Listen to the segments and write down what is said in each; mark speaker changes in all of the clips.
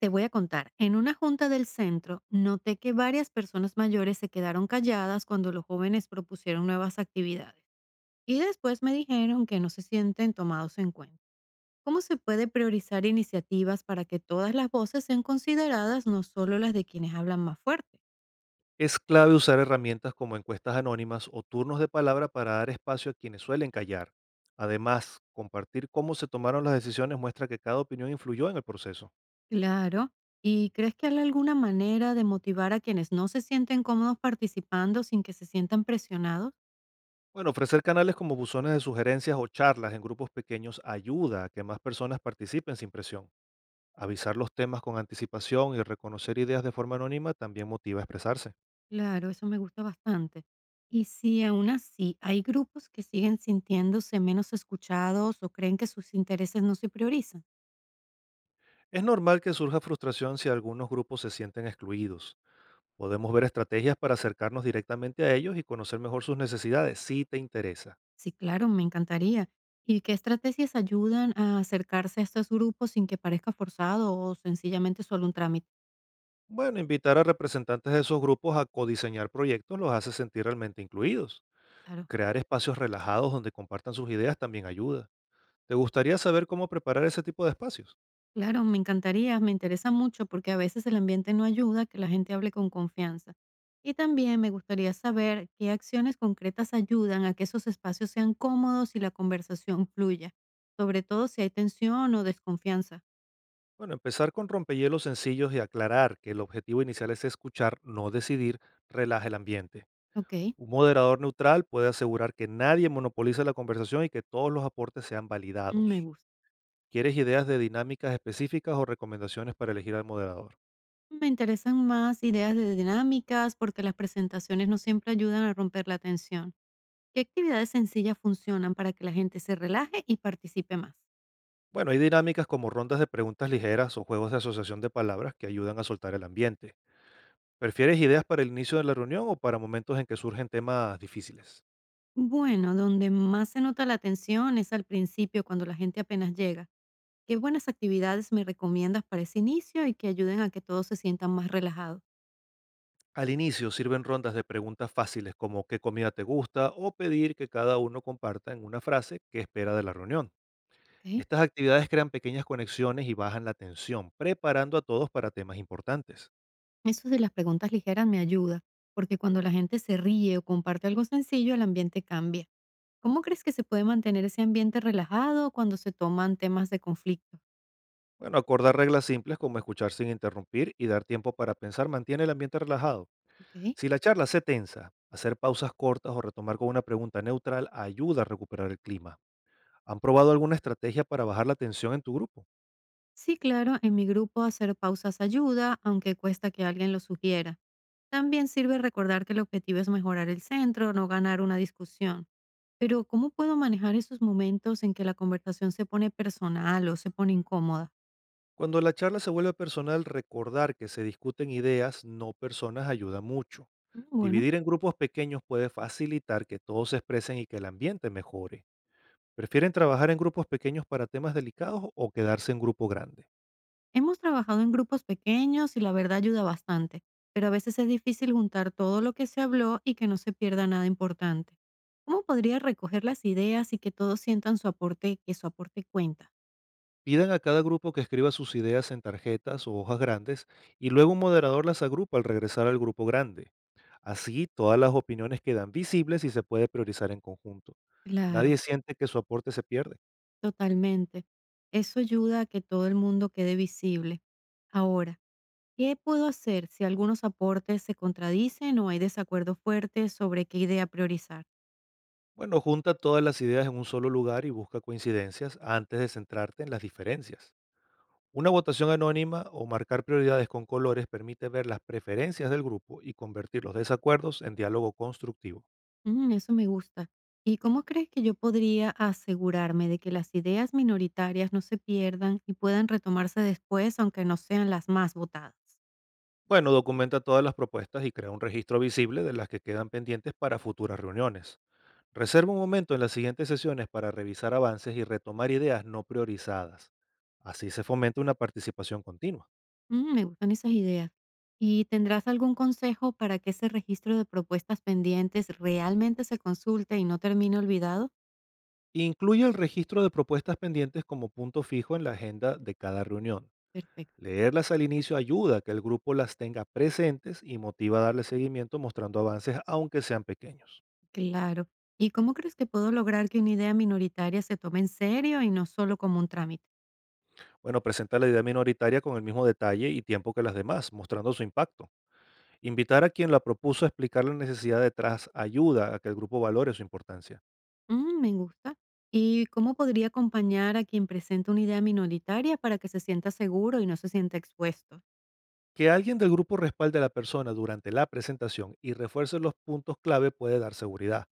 Speaker 1: Te voy a contar, en una junta del centro noté que varias personas mayores se quedaron calladas cuando los jóvenes propusieron nuevas actividades y después me dijeron que no se sienten tomados en cuenta. ¿Cómo se puede priorizar iniciativas para que todas las voces sean consideradas, no solo las de quienes hablan más fuerte?
Speaker 2: Es clave usar herramientas como encuestas anónimas o turnos de palabra para dar espacio a quienes suelen callar. Además, compartir cómo se tomaron las decisiones muestra que cada opinión influyó en el proceso.
Speaker 1: Claro. ¿Y crees que hay alguna manera de motivar a quienes no se sienten cómodos participando sin que se sientan presionados?
Speaker 2: Bueno, ofrecer canales como buzones de sugerencias o charlas en grupos pequeños ayuda a que más personas participen sin presión. Avisar los temas con anticipación y reconocer ideas de forma anónima también motiva a expresarse.
Speaker 1: Claro, eso me gusta bastante. Y si aún así hay grupos que siguen sintiéndose menos escuchados o creen que sus intereses no se priorizan,
Speaker 2: Es normal que surja frustración si algunos grupos se sienten excluidos. Podemos ver estrategias para acercarnos directamente a ellos y conocer mejor sus necesidades, si te interesa.
Speaker 1: sí, claro, me encantaría. ¿Y qué estrategias ayudan a acercarse a estos grupos sin que parezca forzado o sencillamente solo un trámite?
Speaker 2: Bueno, invitar a representantes de esos grupos a codiseñar proyectos los hace sentir realmente incluidos.
Speaker 1: Claro.
Speaker 2: Crear espacios relajados donde compartan sus ideas también ayuda. ¿Te gustaría saber cómo preparar ese tipo de espacios?
Speaker 1: Claro, me encantaría, me interesa mucho porque a veces el ambiente no ayuda a que la gente hable con confianza. Y también me gustaría saber qué acciones concretas ayudan a que esos espacios sean cómodos y la conversación fluya, sobre todo si hay tensión o desconfianza.
Speaker 2: Bueno, empezar con rompehielos sencillos y aclarar que el objetivo inicial es escuchar, no decidir, relaja el ambiente.
Speaker 1: Ok,
Speaker 2: Un moderador neutral puede asegurar que nadie monopolice la conversación y que todos los aportes sean
Speaker 1: me
Speaker 2: validados.
Speaker 1: gusta.
Speaker 2: ¿Quieres ideas de dinámicas específicas o recomendaciones para elegir al moderador?
Speaker 1: Me interesan más ideas de dinámicas porque las presentaciones no siempre ayudan a romper la tensión. ¿Qué actividades sencillas funcionan para que la gente se relaje y participe más?
Speaker 2: Bueno, hay dinámicas como rondas de preguntas ligeras o juegos de asociación de palabras que ayudan a soltar el ambiente. ¿Prefieres ideas para el inicio de la reunión o para momentos en que surgen temas difíciles?
Speaker 1: Bueno, donde más se nota la tensión es al principio, cuando la gente apenas llega. ¿Qué buenas actividades me recomiendas para ese inicio y que ayuden a que todos se sientan más relajados?
Speaker 2: Al inicio sirven rondas de preguntas fáciles como qué comida te gusta o pedir que cada uno comparta en una frase qué espera de la reunión.
Speaker 1: ¿Ok?
Speaker 2: Estas actividades crean pequeñas conexiones y bajan la tensión, preparando a todos para temas importantes.
Speaker 1: Eso de las preguntas ligeras me ayuda, porque cuando la gente se ríe o comparte algo sencillo, el ambiente cambia. ¿Cómo crees que se puede mantener ese ambiente relajado cuando se toman temas de conflicto?
Speaker 2: Bueno, acordar reglas simples como escuchar sin interrumpir y dar tiempo para pensar mantiene el ambiente relajado.
Speaker 1: ¿Ok?
Speaker 2: Si la charla se tensa, hacer pausas cortas o retomar con una pregunta neutral ayuda a recuperar el clima. ¿Han probado alguna estrategia para bajar la tensión en tu grupo?
Speaker 1: Sí, claro, en mi grupo hacer pausas ayuda, aunque cuesta que alguien lo sugiera. También sirve recordar que el objetivo es mejorar el centro, no ganar una discusión. Pero ¿cómo puedo manejar esos momentos en que la conversación se pone personal o se pone incómoda?
Speaker 2: Cuando la charla se vuelve personal, recordar que se discuten ideas, no personas, ayuda mucho.
Speaker 1: Mm, bueno,
Speaker 2: Dividir en grupos pequeños puede facilitar que todos se expresen y que el ambiente mejore. ¿Prefieren trabajar en grupos pequeños para temas delicados o quedarse en grupo grande?
Speaker 1: hemos trabajado en grupos pequeños y la verdad ayuda bastante, pero a veces es difícil juntar todo lo que se habló y que no se pierda nada importante. ¿Cómo podría recoger las ideas y que todos sientan su aporte, que su aporte cuenta?
Speaker 2: Pidan a cada grupo que escriba sus ideas en tarjetas o hojas grandes y luego un moderador las agrupa al regresar al grupo grande. Así todas las opiniones quedan visibles y se puede priorizar en conjunto.
Speaker 1: Claro.
Speaker 2: Nadie siente que su aporte se pierde.
Speaker 1: Totalmente. Eso ayuda a que todo el mundo quede visible. Ahora, ¿qué puedo hacer si algunos aportes se contradicen o hay desacuerdos fuertes sobre qué idea priorizar?
Speaker 2: Bueno, junta todas las ideas en un solo lugar y busca coincidencias antes de centrarte en las diferencias. Una votación anónima o marcar prioridades con colores permite ver las preferencias del grupo y convertir los desacuerdos en diálogo constructivo.
Speaker 1: Mm, eso me gusta. ¿Y cómo crees que yo podría asegurarme de que las ideas minoritarias no se pierdan y puedan retomarse después, aunque no sean las más votadas?
Speaker 2: Bueno, documenta todas las propuestas y crea un registro visible de las que quedan pendientes para futuras reuniones. Reserva un momento en las siguientes sesiones para revisar avances y retomar ideas no priorizadas. Así se fomenta una participación continua.
Speaker 1: Mm, me gustan esas ideas. ¿Y tendrás algún consejo para que ese registro de propuestas pendientes realmente se consulte y no termine olvidado?
Speaker 2: Incluye el registro de propuestas pendientes como punto fijo en la agenda de cada reunión.
Speaker 1: Perfecto,
Speaker 2: Leerlas al inicio ayuda a que el grupo las tenga presentes y motiva a darle seguimiento mostrando avances aunque sean pequeños.
Speaker 1: claro. ¿Y cómo crees que puedo lograr que una idea minoritaria se tome en serio y no solo como un trámite?
Speaker 2: Bueno, presenta la idea minoritaria con el mismo detalle y tiempo que las demás, mostrando su impacto. Invitar a quien la propuso a explicar la necesidad detrás ayuda a que el grupo valore su importancia.
Speaker 1: Mm, me gusta. ¿Y cómo podría acompañar a quien presenta una idea minoritaria para que se sienta seguro y no se sienta expuesto?
Speaker 2: Que alguien del grupo respalde a la persona durante la presentación y refuerce los puntos clave puede dar seguridad.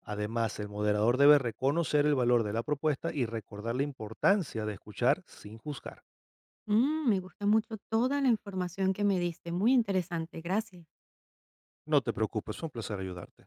Speaker 2: Además, el moderador debe reconocer el valor de la propuesta y recordar la importancia de escuchar sin juzgar.
Speaker 1: Mm, me gusta mucho toda la información que me diste, muy interesante, gracias.
Speaker 2: No te preocupes, fue un placer ayudarte.